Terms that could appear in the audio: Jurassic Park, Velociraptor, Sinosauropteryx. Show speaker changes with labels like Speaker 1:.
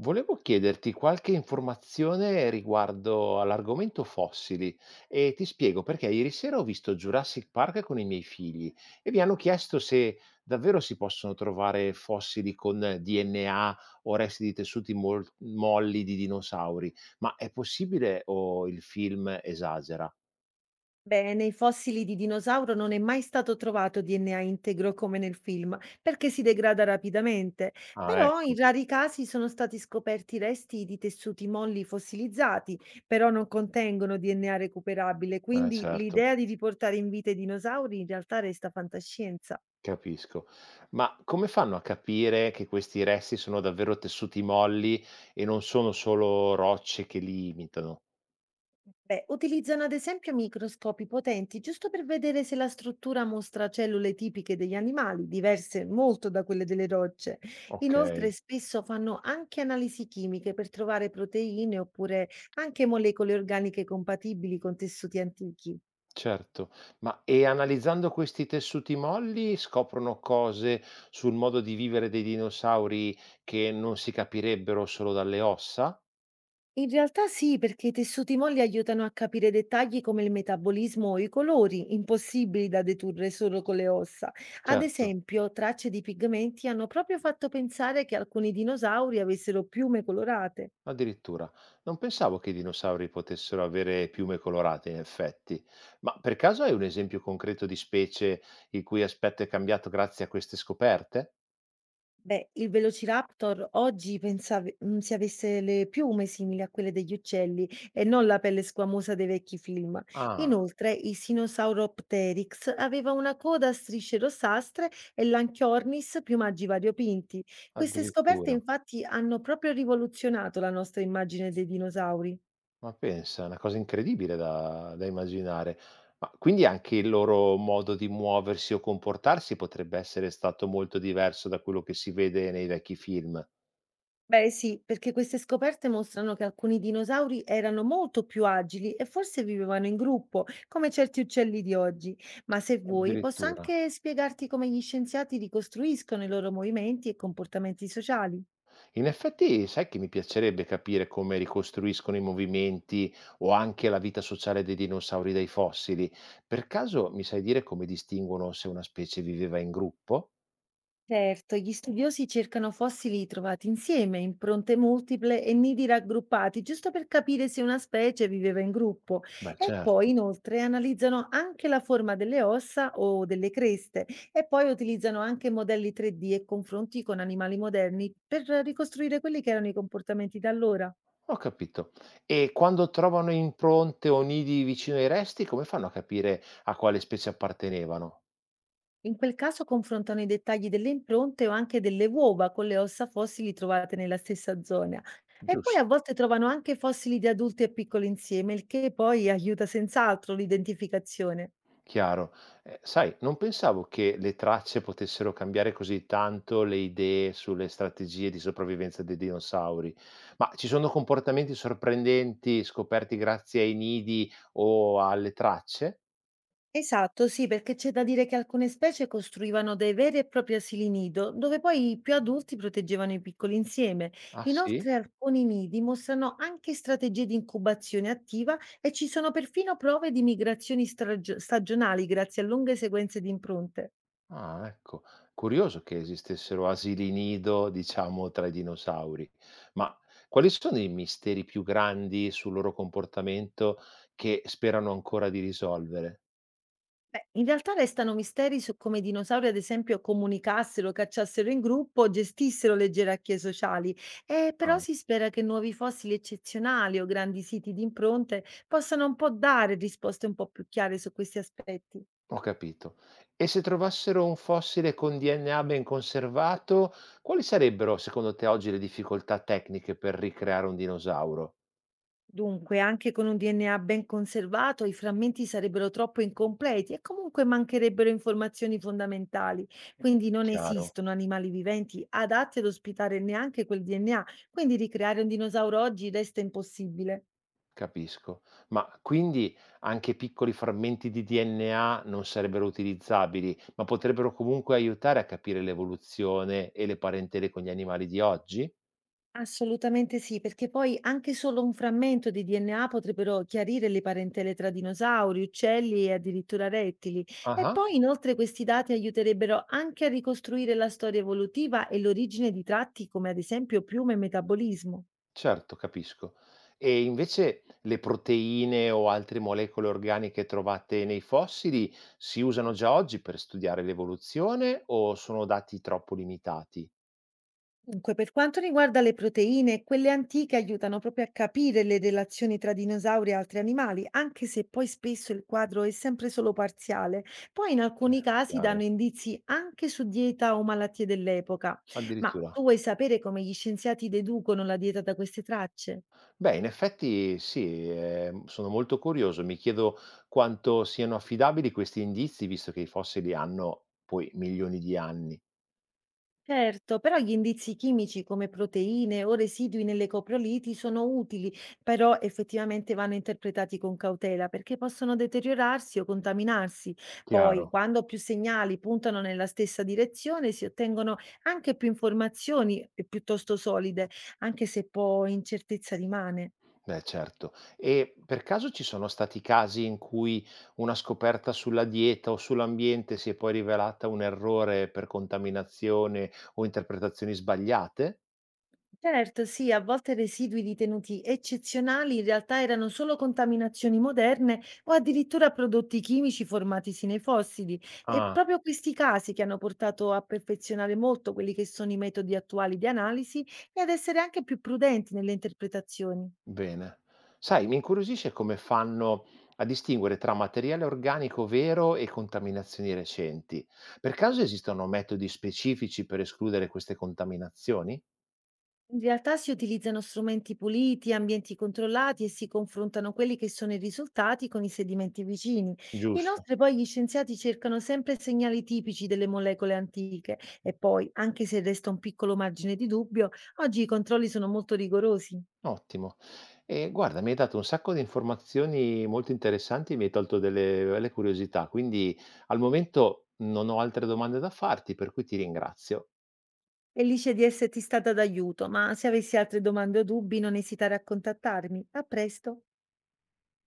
Speaker 1: Volevo chiederti qualche informazione riguardo all'argomento fossili e ti spiego perché ieri sera ho visto Jurassic Park con i miei figli e mi hanno chiesto se davvero si possono trovare fossili con DNA o resti di tessuti molli di dinosauri, ma è possibile o il film esagera?
Speaker 2: Beh, nei fossili di dinosauro non è mai stato trovato DNA integro come nel film, perché si degrada rapidamente,
Speaker 1: Ah,
Speaker 2: però in
Speaker 1: ecco,
Speaker 2: rari casi sono stati scoperti resti di tessuti molli fossilizzati, però non contengono DNA recuperabile, quindi
Speaker 1: certo.
Speaker 2: l'idea di riportare in vita i dinosauri in realtà resta fantascienza.
Speaker 1: Capisco. Ma come fanno a capire che questi resti sono davvero tessuti molli e non sono solo rocce che li imitano?
Speaker 2: Beh, utilizzano ad esempio microscopi potenti giusto per vedere se la struttura mostra cellule tipiche degli animali, diverse molto da quelle delle rocce. Inoltre,
Speaker 1: Okay,
Speaker 2: spesso fanno anche analisi chimiche per trovare proteine oppure anche molecole organiche compatibili con tessuti antichi.
Speaker 1: certo. Ma e analizzando questi tessuti molli scoprono cose sul modo di vivere dei dinosauri che non si capirebbero solo dalle ossa?
Speaker 2: In realtà sì, perché i tessuti molli aiutano a capire dettagli come il metabolismo o i colori, impossibili da deturre solo con le ossa. Ad
Speaker 1: Certo.
Speaker 2: esempio, tracce di pigmenti hanno proprio fatto pensare che alcuni dinosauri avessero piume colorate.
Speaker 1: Addirittura. Non pensavo che i dinosauri potessero avere piume colorate, in effetti. Ma per caso hai un esempio concreto di specie il cui aspetto è cambiato grazie a queste scoperte?
Speaker 2: Beh, il Velociraptor oggi si avesse le piume simili a quelle degli uccelli e non la pelle squamosa dei vecchi film.
Speaker 1: Ah,
Speaker 2: Inoltre, il Sinosauropteryx aveva una coda a strisce rossastre e l'Anchiornis piumaggi variopinti. Queste scoperte
Speaker 1: addirittura.
Speaker 2: infatti hanno proprio rivoluzionato la nostra immagine dei dinosauri.
Speaker 1: Ma pensa, è una cosa incredibile da immaginare. Ma quindi anche il loro modo di muoversi o comportarsi potrebbe essere stato molto diverso da quello che si vede nei vecchi film.
Speaker 2: Beh, sì, perché queste scoperte mostrano che alcuni dinosauri erano molto più agili e forse vivevano in gruppo, come certi uccelli di oggi. Ma se vuoi, posso
Speaker 1: Addirittura.
Speaker 2: anche spiegarti come gli scienziati ricostruiscono i loro movimenti e comportamenti sociali.
Speaker 1: In effetti, sai che mi piacerebbe capire come ricostruiscono i movimenti o anche la vita sociale dei dinosauri dai fossili. Per caso mi sai dire come distinguono se una specie viveva in gruppo?
Speaker 2: Certo, gli studiosi cercano fossili trovati insieme, impronte multiple e nidi raggruppati, giusto per capire se una specie viveva in gruppo.
Speaker 1: Beh,
Speaker 2: E poi
Speaker 1: certo.
Speaker 2: inoltre analizzano anche la forma delle ossa o delle creste e poi utilizzano anche modelli 3D e confronti con animali moderni per ricostruire quelli che erano i comportamenti da allora.
Speaker 1: Ho capito. E quando trovano impronte o nidi vicino ai resti, come fanno a capire a quale specie appartenevano?
Speaker 2: In quel caso confrontano i dettagli delle impronte o anche delle uova con le ossa fossili trovate nella stessa zona. E poi
Speaker 1: Giusto.
Speaker 2: a volte trovano anche fossili di adulti e piccoli insieme, il che poi aiuta senz'altro l'identificazione.
Speaker 1: Chiaro. Sai, non pensavo che le tracce potessero cambiare così tanto le idee sulle strategie di sopravvivenza dei dinosauri, ma ci sono comportamenti sorprendenti scoperti grazie ai nidi o alle tracce?
Speaker 2: Esatto, sì, perché c'è da dire che alcune specie costruivano dei veri e propri asili nido, dove poi i più adulti proteggevano i piccoli insieme.
Speaker 1: Ah sì?
Speaker 2: Inoltre, alcuni nidi mostrano anche strategie di incubazione attiva e ci sono perfino prove di migrazioni stagionali grazie a lunghe sequenze di impronte.
Speaker 1: Ah, ecco. Curioso che esistessero asili nido, diciamo, tra i dinosauri. Ma quali sono i misteri più grandi sul loro comportamento che sperano ancora di risolvere?
Speaker 2: Beh, in realtà restano misteri su come i dinosauri, ad esempio, comunicassero, cacciassero in gruppo, gestissero le gerarchie sociali, e però
Speaker 1: Ah.
Speaker 2: si spera che nuovi fossili eccezionali o grandi siti di impronte possano un po' dare risposte un po' più chiare su questi aspetti.
Speaker 1: Ho capito. E se trovassero un fossile con DNA ben conservato, quali sarebbero secondo te oggi le difficoltà tecniche per ricreare un dinosauro?
Speaker 2: Dunque, anche con un DNA ben conservato, i frammenti sarebbero troppo incompleti e comunque mancherebbero informazioni fondamentali. Quindi non
Speaker 1: Chiaro,
Speaker 2: esistono animali viventi adatti ad ospitare neanche quel DNA, quindi ricreare un dinosauro oggi resta impossibile.
Speaker 1: capisco. Ma quindi anche piccoli frammenti di DNA non sarebbero utilizzabili, ma potrebbero comunque aiutare a capire l'evoluzione e le parentele con gli animali di oggi?
Speaker 2: Assolutamente sì, perché poi anche solo un frammento di DNA potrebbero chiarire le parentele tra dinosauri, uccelli e addirittura rettili. E
Speaker 1: Ah.
Speaker 2: poi inoltre questi dati aiuterebbero anche a ricostruire la storia evolutiva e l'origine di tratti come ad esempio piume e metabolismo.
Speaker 1: Certo, capisco. E invece le proteine o altre molecole organiche trovate nei fossili si usano già oggi per studiare l'evoluzione o sono dati troppo limitati?
Speaker 2: Dunque, per quanto riguarda le proteine, quelle antiche aiutano proprio a capire le relazioni tra dinosauri e altri animali, anche se poi spesso il quadro è sempre solo parziale. Poi in alcuni
Speaker 1: Chiaro.
Speaker 2: casi danno
Speaker 1: Chiaro.
Speaker 2: indizi anche su dieta o malattie dell'epoca. Ma tu
Speaker 1: Addirittura.
Speaker 2: vuoi sapere come gli scienziati deducono la dieta da queste tracce?
Speaker 1: Beh, in effetti sì, sono molto curioso. Mi chiedo quanto siano affidabili questi indizi, visto che i fossili hanno poi milioni di anni.
Speaker 2: Certo, però gli indizi chimici come proteine o residui nelle coproliti sono utili, però effettivamente vanno interpretati con cautela perché possono deteriorarsi o contaminarsi. Poi,
Speaker 1: Chiaro.
Speaker 2: quando più segnali puntano nella stessa direzione, si ottengono anche più informazioni piuttosto solide, anche se poi incertezza rimane.
Speaker 1: Beh, certo. E per caso ci sono stati casi in cui una scoperta sulla dieta o sull'ambiente si è poi rivelata un errore per contaminazione o interpretazioni sbagliate?
Speaker 2: Certo, sì, a volte residui ritenuti eccezionali in realtà erano solo contaminazioni moderne o addirittura prodotti chimici formatisi nei fossili. E
Speaker 1: Ah,
Speaker 2: proprio questi casi che hanno portato a perfezionare molto quelli che sono i metodi attuali di analisi e ad essere anche più prudenti nelle interpretazioni.
Speaker 1: bene. Sai, mi incuriosisce come fanno a distinguere tra materiale organico vero e contaminazioni recenti. Per caso esistono metodi specifici per escludere queste contaminazioni?
Speaker 2: In realtà si utilizzano strumenti puliti, ambienti controllati e si confrontano quelli che sono i risultati con i sedimenti vicini.
Speaker 1: Giusto.
Speaker 2: Inoltre poi gli scienziati cercano sempre segnali tipici delle molecole antiche e poi, anche se resta un piccolo margine di dubbio, oggi i controlli sono molto rigorosi.
Speaker 1: Ottimo. E guarda, mi hai dato un sacco di informazioni molto interessanti, mi hai tolto delle belle curiosità, quindi al momento non ho altre domande da farti, per cui ti ringrazio.
Speaker 2: Felice di esserti stata d'aiuto, ma se avessi altre domande o dubbi non esitare a contattarmi. A presto!